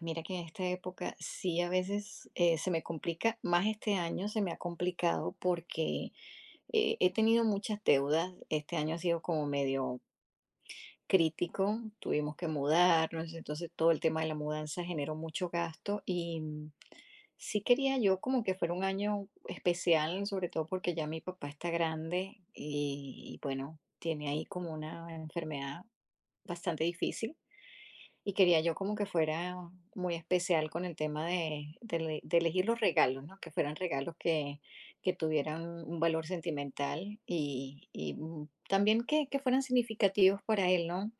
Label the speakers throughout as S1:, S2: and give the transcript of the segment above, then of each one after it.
S1: Mira que en esta época sí a veces se me complica, más este año se me ha complicado porque he tenido muchas deudas, este año ha sido como medio crítico, tuvimos que mudarnos, entonces todo el tema de la mudanza generó mucho gasto y, sí quería yo como que fuera un año especial, sobre todo porque ya mi papá está grande y bueno, tiene ahí como una enfermedad bastante difícil. Y quería yo como que fuera muy especial con el tema de elegir los regalos, ¿no? Que fueran regalos que tuvieran un valor sentimental y también que fueran significativos para él, ¿no?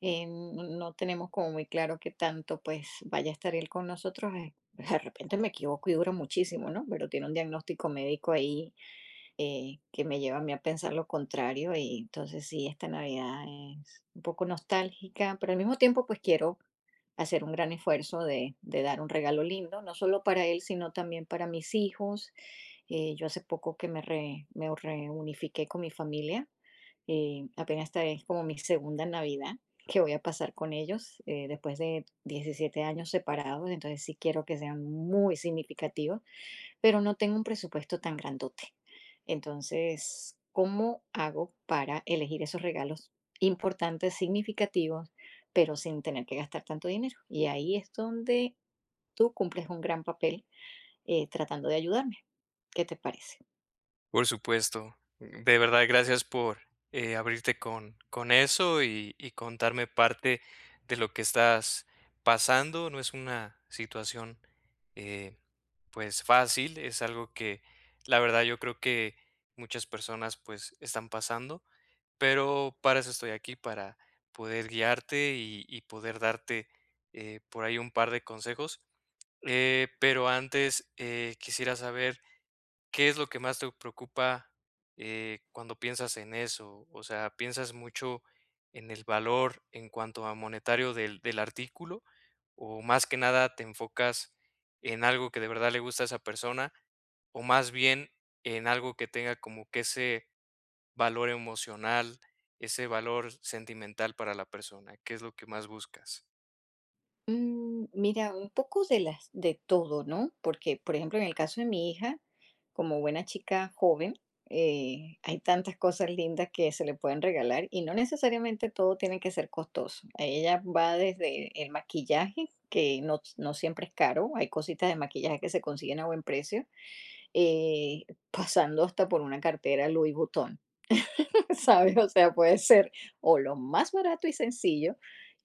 S1: No tenemos como muy claro qué tanto pues vaya a estar él con nosotros. De repente me equivoco y dura muchísimo, ¿no? Pero tiene un diagnóstico médico ahí que me lleva a mí a pensar lo contrario y entonces sí, esta Navidad es un poco nostálgica, pero al mismo tiempo pues quiero hacer un gran esfuerzo de dar un regalo lindo, no solo para él, sino también para mis hijos. Yo hace poco que me reunifiqué con mi familia, apenas esta es como mi segunda Navidad que voy a pasar con ellos después de 17 años separados, entonces sí quiero que sean muy significativos, pero no tengo un presupuesto tan grandote. Entonces, ¿cómo hago para elegir esos regalos importantes, significativos, pero sin tener que gastar tanto dinero? Y ahí es donde tú cumples un gran papel tratando de ayudarme. ¿Qué te parece?
S2: Por supuesto. De verdad, gracias por abrirte con eso y contarme parte de lo que estás pasando. No es una situación eh, pues fácil, es algo que la verdad yo creo que muchas personas pues están pasando, pero para eso estoy aquí, para poder guiarte y poder darte por ahí un par de consejos. Pero antes quisiera saber ¿qué es lo que más te preocupa, cuando piensas en eso? O sea, ¿piensas mucho en el valor en cuanto a monetario del artículo, o más que nada te enfocas en algo que de verdad le gusta a esa persona, o más bien en algo que tenga como que ese valor emocional, ese valor sentimental para la persona? ¿Qué es lo que más buscas?
S1: Mm, mira, un poco de las de todo, ¿no? Porque, por ejemplo, en el caso de mi hija, como buena chica joven, hay tantas cosas lindas que se le pueden regalar y no necesariamente todo tiene que ser costoso. A ella va desde el maquillaje, que no, no siempre es caro, hay cositas de maquillaje que se consiguen a buen precio, eh, pasando hasta por una cartera Louis Vuitton. ¿Sabes? O sea, puede ser o lo más barato y sencillo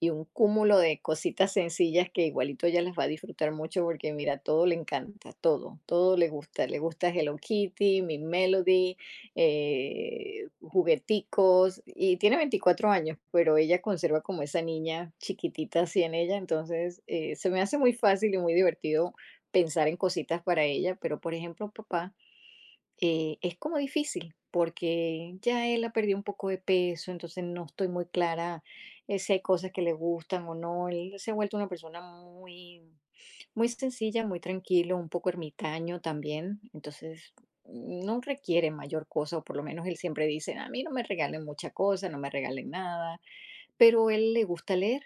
S1: y un cúmulo de cositas sencillas que igualito ella las va a disfrutar mucho porque mira, todo le encanta, todo, todo le gusta Hello Kitty, mi Melody, jugueticos, y tiene 24 años, pero ella conserva como esa niña chiquitita así en ella, entonces se me hace muy fácil y muy divertido pensar en cositas para ella, pero por ejemplo, papá es como difícil, porque ya él ha perdido un poco de peso, entonces no estoy muy clara si hay cosas que le gustan o no. Él se ha vuelto una persona muy, muy sencilla, muy tranquilo, un poco ermitaño también, entonces no requiere mayor cosa, o por lo menos él siempre dice, a mí no me regalen mucha cosa, no me regalen nada, pero él le gusta leer.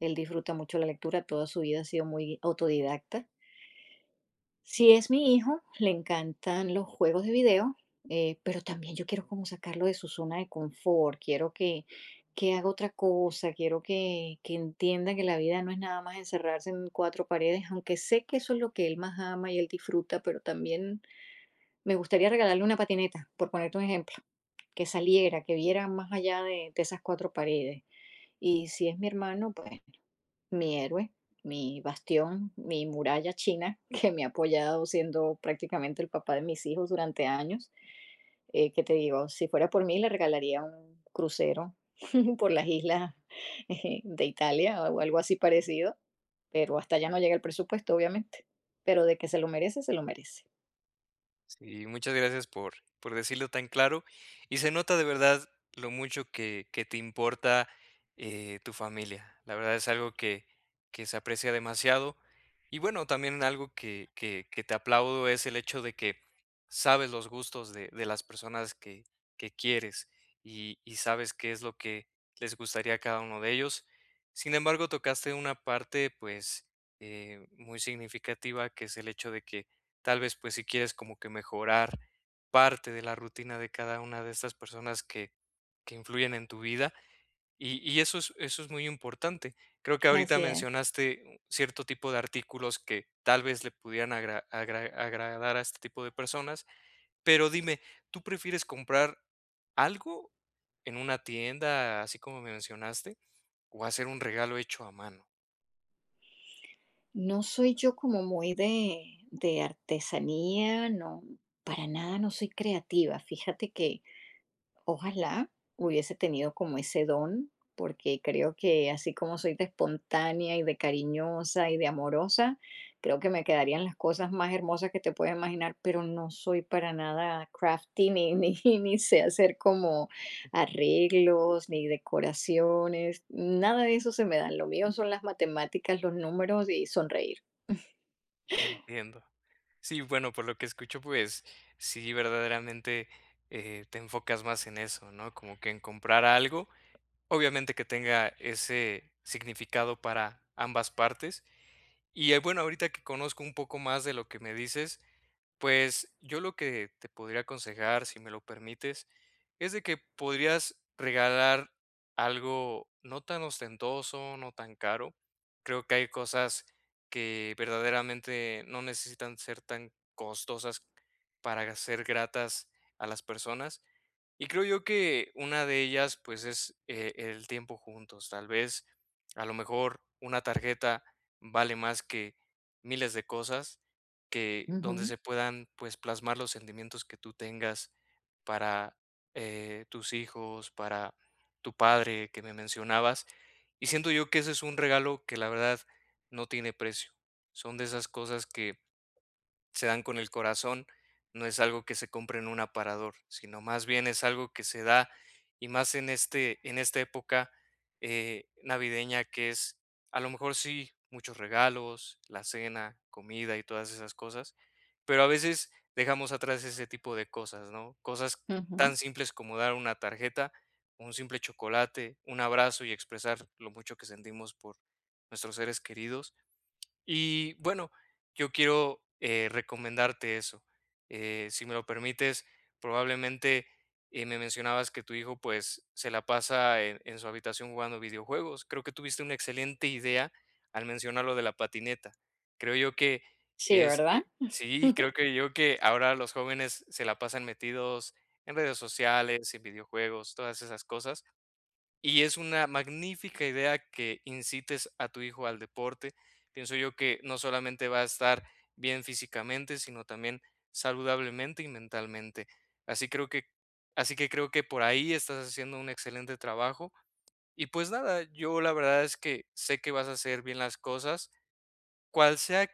S1: Él disfruta mucho la lectura, toda su vida ha sido muy autodidacta. Si es mi hijo, le encantan los juegos de video, pero también yo quiero como sacarlo de su zona de confort, quiero que haga otra cosa, quiero que entienda que la vida no es nada más encerrarse en cuatro paredes, aunque sé que eso es lo que él más ama y él disfruta, pero también me gustaría regalarle una patineta, por ponerte un ejemplo, que saliera, que viera más allá de esas cuatro paredes. Y si es mi hermano, pues mi héroe, mi bastión, mi muralla china, que me ha apoyado siendo prácticamente el papá de mis hijos durante años. Que te digo, si fuera por mí, le regalaría un crucero por las islas de Italia o algo así parecido, pero hasta allá no llega el presupuesto, obviamente. Pero de que se lo merece, se lo merece.
S2: Sí, muchas gracias por decirlo tan claro. Y se nota de verdad lo mucho que te importa tu familia. La verdad es algo que se aprecia demasiado. Y bueno, también algo que te aplaudo es el hecho de que sabes los gustos de las personas que quieres y sabes qué es lo que les gustaría a cada uno de ellos. Sin embargo, tocaste una parte pues muy significativa que es el hecho de que tal vez, pues, si quieres como que mejorar parte de la rutina de cada una de estas personas que influyen en tu vida, y y eso es muy importante. Creo que ahorita
S1: Así es.
S2: mencionaste cierto tipo de artículos que tal vez le pudieran agradar a este tipo de personas, pero dime, ¿tú prefieres comprar algo en una tienda, así como me mencionaste, o hacer un regalo hecho a mano?
S1: No soy yo como muy de artesanía, no, para nada no soy creativa. Fíjate que ojalá hubiese tenido como ese don, porque creo que así como soy de espontánea y de cariñosa y de amorosa, creo que me quedarían las cosas más hermosas que te puedes imaginar, pero no soy para nada crafty, ni, ni, ni sé hacer como arreglos, ni decoraciones, nada de eso se me da. Lo mío son las matemáticas, los números y sonreír.
S2: Entiendo. Sí, bueno, por lo que escucho, pues sí, verdaderamente te enfocas más en eso, ¿no? Como que en comprar algo, obviamente que tenga ese significado para ambas partes. Y bueno, ahorita que conozco un poco más de lo que me dices, pues yo lo que te podría aconsejar, si me lo permites, es de que podrías regalar algo no tan ostentoso, no tan caro. Creo que hay cosas que verdaderamente no necesitan ser tan costosas para ser gratas a las personas. Y creo yo que una de ellas, pues, es el tiempo juntos. Tal vez, a lo mejor, una tarjeta vale más que miles de cosas que
S1: Ujú,
S2: donde se puedan, pues, plasmar los sentimientos que tú tengas para, tus hijos, para tu padre que me mencionabas. Y siento yo que ese es un regalo que la verdad no tiene precio. Son de esas cosas que se dan con el corazón, no es algo que se compre en un aparador, sino más bien es algo que se da y más en esta época, navideña que es, a lo mejor sí, muchos regalos, la cena, comida y todas esas cosas, pero a veces dejamos atrás ese tipo de cosas, ¿no? Cosas
S1: ujú.
S2: tan simples como dar una tarjeta, un simple chocolate, un abrazo y expresar lo mucho que sentimos por nuestros seres queridos. Y bueno, yo quiero recomendarte eso. Si me lo permites, probablemente me mencionabas que tu hijo pues se la pasa en su habitación jugando videojuegos. Creo que tuviste una excelente idea al mencionar lo de la patineta. Creo yo que
S1: Sí,
S2: es,
S1: ¿verdad?
S2: sí, creo que yo que ahora los jóvenes se la pasan metidos en redes sociales, en videojuegos, todas esas cosas y es una magnífica idea que incites a tu hijo al deporte. Pienso yo que no solamente va a estar bien físicamente, sino también saludablemente y mentalmente. Así creo que así que creo que por ahí estás haciendo un excelente trabajo. Y pues nada, yo la verdad es que sé que vas a hacer bien las cosas cual sea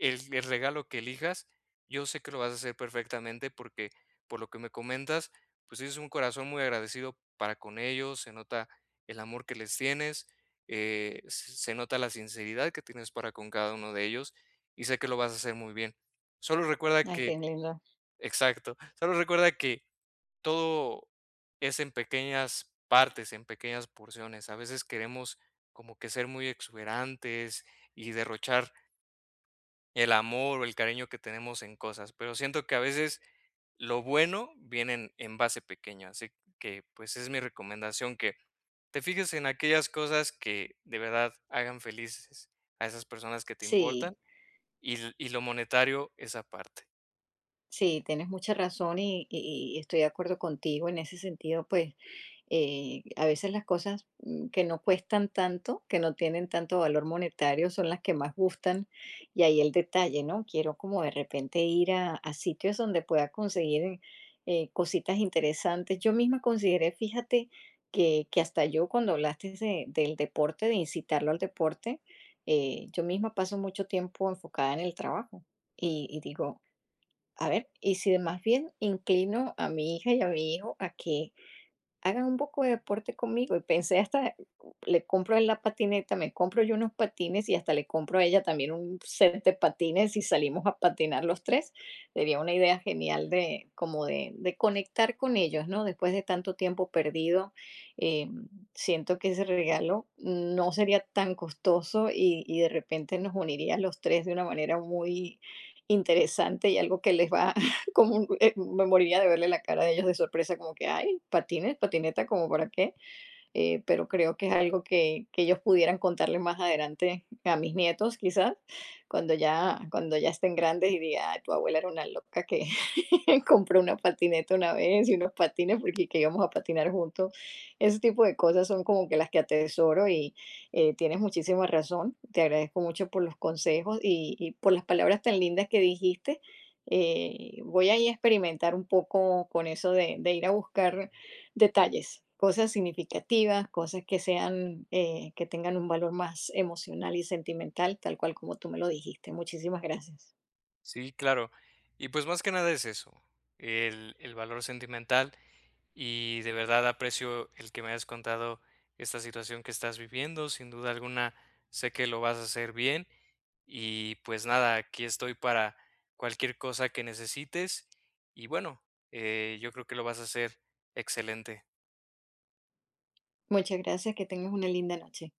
S2: el regalo que elijas, yo sé que lo vas a hacer perfectamente porque, por lo que me comentas, pues sí, es un corazón muy agradecido para con ellos, se nota el amor que les tienes, se nota la sinceridad que tienes para con cada uno de ellos, y sé que lo vas a hacer muy bien. Solo recuerda
S1: Ay,
S2: que
S1: qué lindo.
S2: exacto, solo recuerda que todo es en pequeñas partes, en pequeñas porciones. A veces queremos como que ser muy exuberantes y derrochar el amor o el cariño que tenemos en cosas, pero siento que a veces lo bueno viene en base pequeña, así que pues es mi recomendación que te fijes en aquellas cosas que de verdad hagan felices a esas personas que te
S1: Sí.
S2: importan y, y lo monetario esa parte.
S1: Sí, tienes mucha razón y estoy de acuerdo contigo en ese sentido, pues a veces las cosas, que no cuestan tanto, que no tienen tanto valor monetario, son las que más gustan, y ahí el detalle, ¿no? Quiero como de repente ir a sitios donde pueda conseguir cositas interesantes. Yo misma consideré, fíjate, que hasta yo cuando hablaste del deporte, de incitarlo al deporte, yo misma paso mucho tiempo enfocada en el trabajo y digo, a ver, y si de más bien inclino a mi hija y a mi hijo a que hagan un poco de deporte conmigo, y pensé, hasta le compro a la patineta, me compro yo unos patines y hasta le compro a ella también un set de patines y salimos a patinar los tres. Sería una idea genial de como de conectar con ellos, ¿no? Después de tanto tiempo perdido, eh, siento que ese regalo no sería tan costoso y de repente nos uniría a los tres de una manera muy interesante y algo que les va como, me moriría de verle la cara de ellos de sorpresa, como que, ay, patines, patineta, como para qué. Eh, pero creo que es algo que ellos pudieran contarle más adelante a mis nietos, quizás, cuando ya estén grandes y diga, "Ay, tu abuela era una loca que compró una patineta una vez y unos patines porque que íbamos a patinar juntos". Ese tipo de cosas son como que las que atesoro y tienes muchísima razón. Te agradezco mucho por los consejos y por las palabras tan lindas que dijiste. Voy a ir a experimentar un poco con eso de ir a buscar detalles, cosas significativas, cosas que sean, que tengan un valor más emocional y sentimental, tal cual como tú me lo dijiste. Muchísimas gracias.
S2: Sí, claro. Y pues más que nada es eso, el valor sentimental y de verdad aprecio el que me hayas contado esta situación que estás viviendo. Sin duda alguna, sé que lo vas a hacer bien. Y pues nada, aquí estoy para cualquier cosa que necesites. Y bueno, yo creo que lo vas a hacer excelente.
S1: Muchas gracias, que tengas una linda noche.